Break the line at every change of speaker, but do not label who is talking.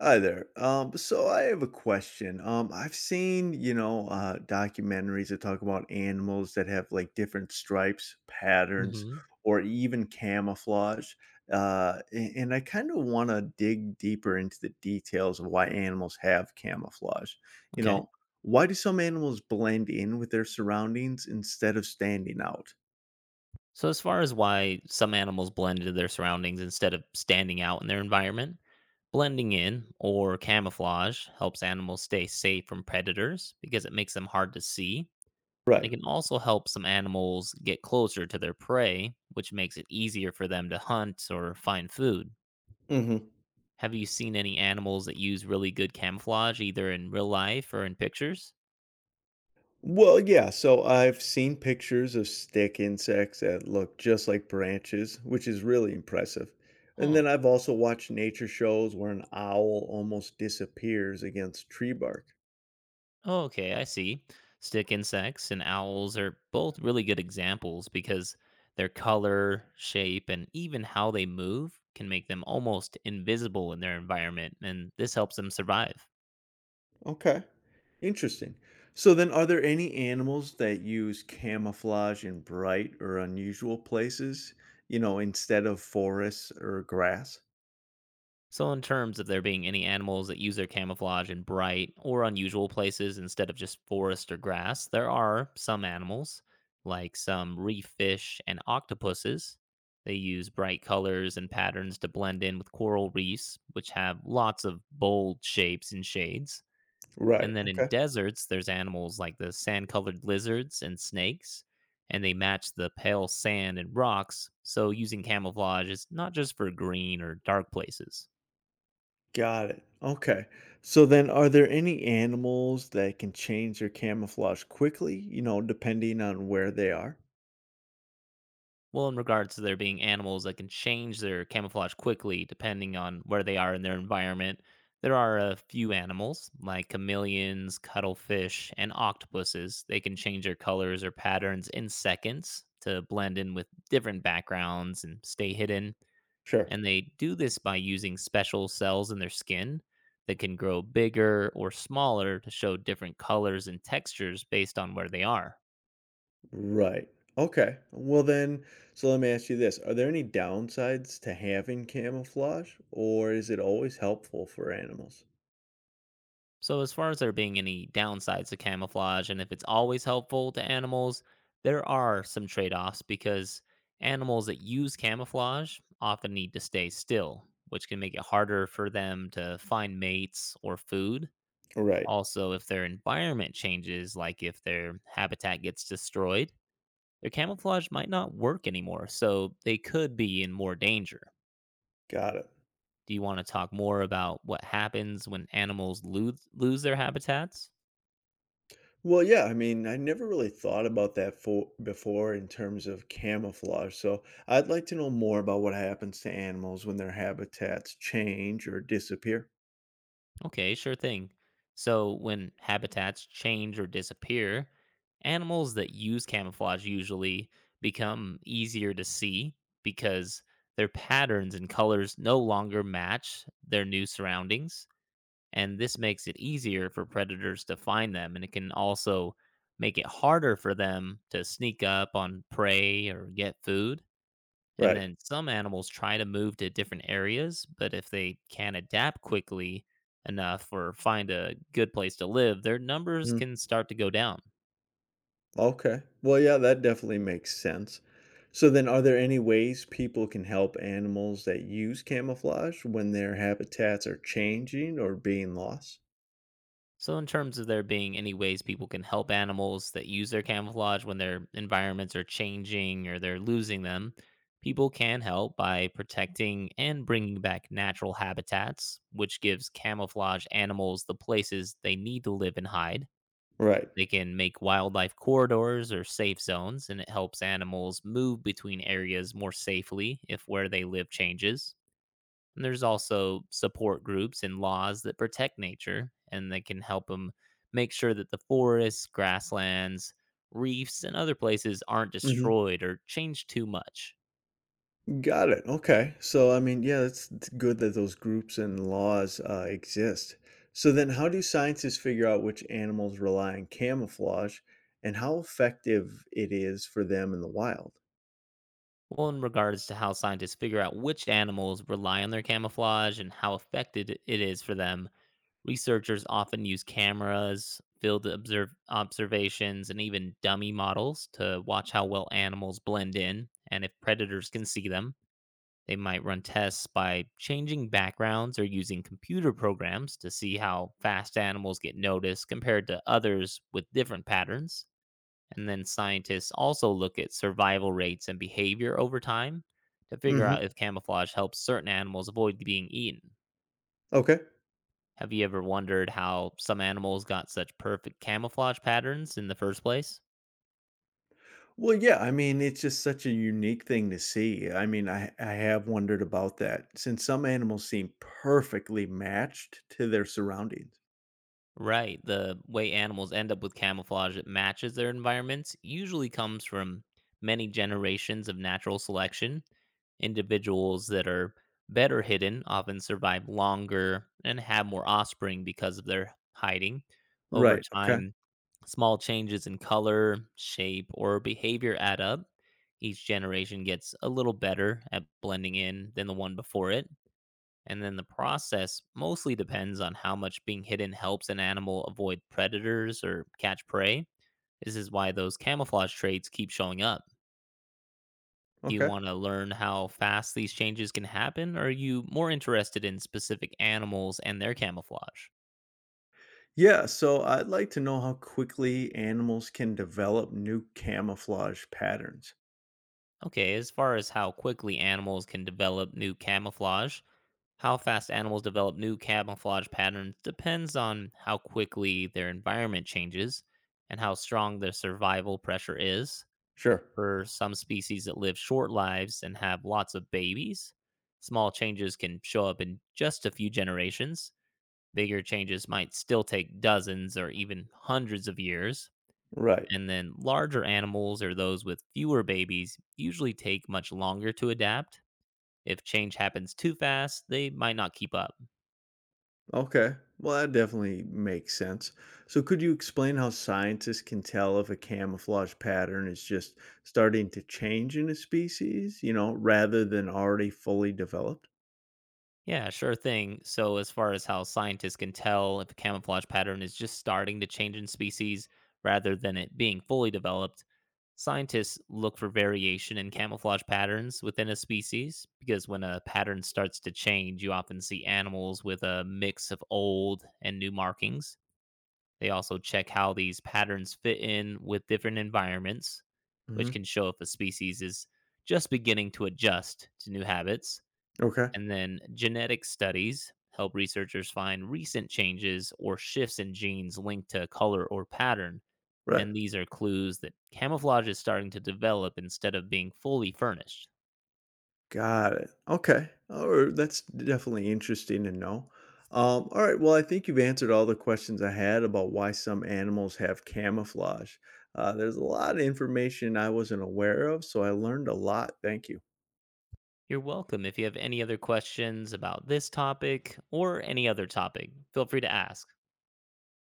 Hi there. So I have a question. I've seen, documentaries that talk about animals that have like different stripes, patterns,
hmm
or even camouflage. And I kind of want to dig deeper into the details of why animals have camouflage. You
Okay.
know, why do some animals blend in with their surroundings instead of standing out?
So, as far as why some animals blend into their surroundings instead of standing out in their environment, blending in or camouflage helps animals stay safe from predators because it makes them hard to see. And it
Right.
can also help some animals get closer to their prey, which makes it easier for them to hunt or find food. Have you seen any animals that use really good camouflage, either in real life or in pictures?
Well, yeah, so I've seen pictures of stick insects that look just like branches, which is really impressive. And
Huh.
then I've also watched nature shows where an owl almost disappears against tree bark.
Oh, okay, I see. Stick insects and owls are both really good examples because their color, shape, and even how they move can make them almost invisible in their environment, and this helps them survive.
Okay, interesting. So then are there any animals that use camouflage in bright or unusual places, instead of forests or grass?
So, in terms of there being any animals that use their camouflage in bright or unusual places instead of just forest or grass, there are some animals, like some reef fish and octopuses. They use bright colors and patterns to blend in with coral reefs, which have lots of bold shapes and shades.
Right.
And then in
Okay.
deserts, there's animals like the sand colored lizards and snakes, and they match the pale sand and rocks. So, using camouflage is not just for green or dark places.
Got it. Okay. So then are there any animals that can change their camouflage quickly, depending on where they are?
Well, in regards to there being animals that can change their camouflage quickly depending on where they are in their environment, there are a few animals like chameleons, cuttlefish, and octopuses. They can change their colors or patterns in seconds to blend in with different backgrounds and stay hidden.
Sure.
And they do this by using special cells in their skin that can grow bigger or smaller to show different colors and textures based on where they are.
Right. Okay. Well then, so let me ask you this. Are there any downsides to having camouflage or is it always helpful for animals?
So, as far as there being any downsides to camouflage and if it's always helpful to animals, there are some trade offs because animals that use camouflage often need to stay still, which can make it harder for them to find mates or food.
Right.
Also, if their environment changes, like if their habitat gets destroyed, their camouflage might not work anymore, so they could be in more danger.
Got it.
Do you want to talk more about what happens when animals lose their habitats?
Well, yeah, I mean, I never really thought about that for before in terms of camouflage. So I'd like to know more about what happens to animals when their habitats change or disappear.
Okay, sure thing. So, when habitats change or disappear, animals that use camouflage usually become easier to see because their patterns and colors no longer match their new surroundings. And this makes it easier for predators to find them. And it can also make it harder for them to sneak up on prey or get food. And
Right.
then some animals try to move to different areas, but if they can't adapt quickly enough or find a good place to live, their numbers
Mhm.
can start to go down.
Okay. Well, yeah, that definitely makes sense. So then are there any ways people can help animals that use camouflage when their habitats are changing or being lost?
So, in terms of there being any ways people can help animals that use their camouflage when their environments are changing or they're losing them, people can help by protecting and bringing back natural habitats, which gives camouflage animals the places they need to live and hide.
Right.
They can make wildlife corridors or safe zones, and it helps animals move between areas more safely if where they live changes. And there's also support groups and laws that protect nature, and they can help them make sure that the forests, grasslands, reefs, and other places aren't
Hmm.
destroyed or changed too much.
Got it. Okay. So, I mean, yeah, it's good that those groups and laws exist. So then how do scientists figure out which animals rely on camouflage and how effective it is for them in the wild?
Well, in regards to how scientists figure out which animals rely on their camouflage and how effective it is for them, researchers often use cameras, field observations, and even dummy models to watch how well animals blend in. And if predators can see them, they might run tests by changing backgrounds or using computer programs to see how fast animals get noticed compared to others with different patterns. And then scientists also look at survival rates and behavior over time to figure
Hmm.
out if camouflage helps certain animals avoid being eaten.
Okay.
Have you ever wondered how some animals got such perfect camouflage patterns in the first place?
Well, yeah, I mean, it's just such a unique thing to see. I mean, I have wondered about that since some animals seem perfectly matched to their surroundings.
Right. The way animals end up with camouflage that matches their environments usually comes from many generations of natural selection. Individuals that are better hidden often survive longer and have more offspring because of their hiding. Over
Right. Okay.
time, small changes in color, shape, or behavior add up. Each generation gets a little better at blending in than the one before it. And then the process mostly depends on how much being hidden helps an animal avoid predators or catch prey. This is why those camouflage traits keep showing up. Do you
Okay.
want to learn how fast these changes can happen, or are you more interested in specific animals and their camouflage?
Yeah. So I'd like to know how quickly animals can develop new camouflage patterns.
Okay, as far as how quickly animals can develop new camouflage, how fast animals develop new camouflage patterns depends on how quickly their environment changes and how strong their survival pressure is.
Sure.
For some species that live short lives and have lots of babies, small changes can show up in just a few generations. Bigger changes might still take dozens or even hundreds of years.
Right.
And then larger animals or those with fewer babies usually take much longer to adapt. If change happens too fast, they might not keep up.
Okay. Well, that definitely makes sense. So, could you explain how scientists can tell if a camouflage pattern is just starting to change in a species, rather than already fully developed?
Yeah, sure thing. So, as far as how scientists can tell if a camouflage pattern is just starting to change in species rather than it being fully developed, scientists look for variation in camouflage patterns within a species because when a pattern starts to change, you often see animals with a mix of old and new markings. They also check how these patterns fit in with different environments, which can
Hmm.
show if a species is just beginning to adjust to new habits.
Okay.
And then genetic studies help researchers find recent changes or shifts in genes linked to color or pattern.
Right.
And these are clues that camouflage is starting to develop instead of being fully furnished.
Got it. Okay. Oh, that's definitely interesting to know. All right. Well, I think you've answered all the questions I had about why some animals have camouflage. There's a lot of information I wasn't aware of, so I learned a lot. Thank you.
You're welcome. If you have any other questions about this topic or any other topic, feel free to ask.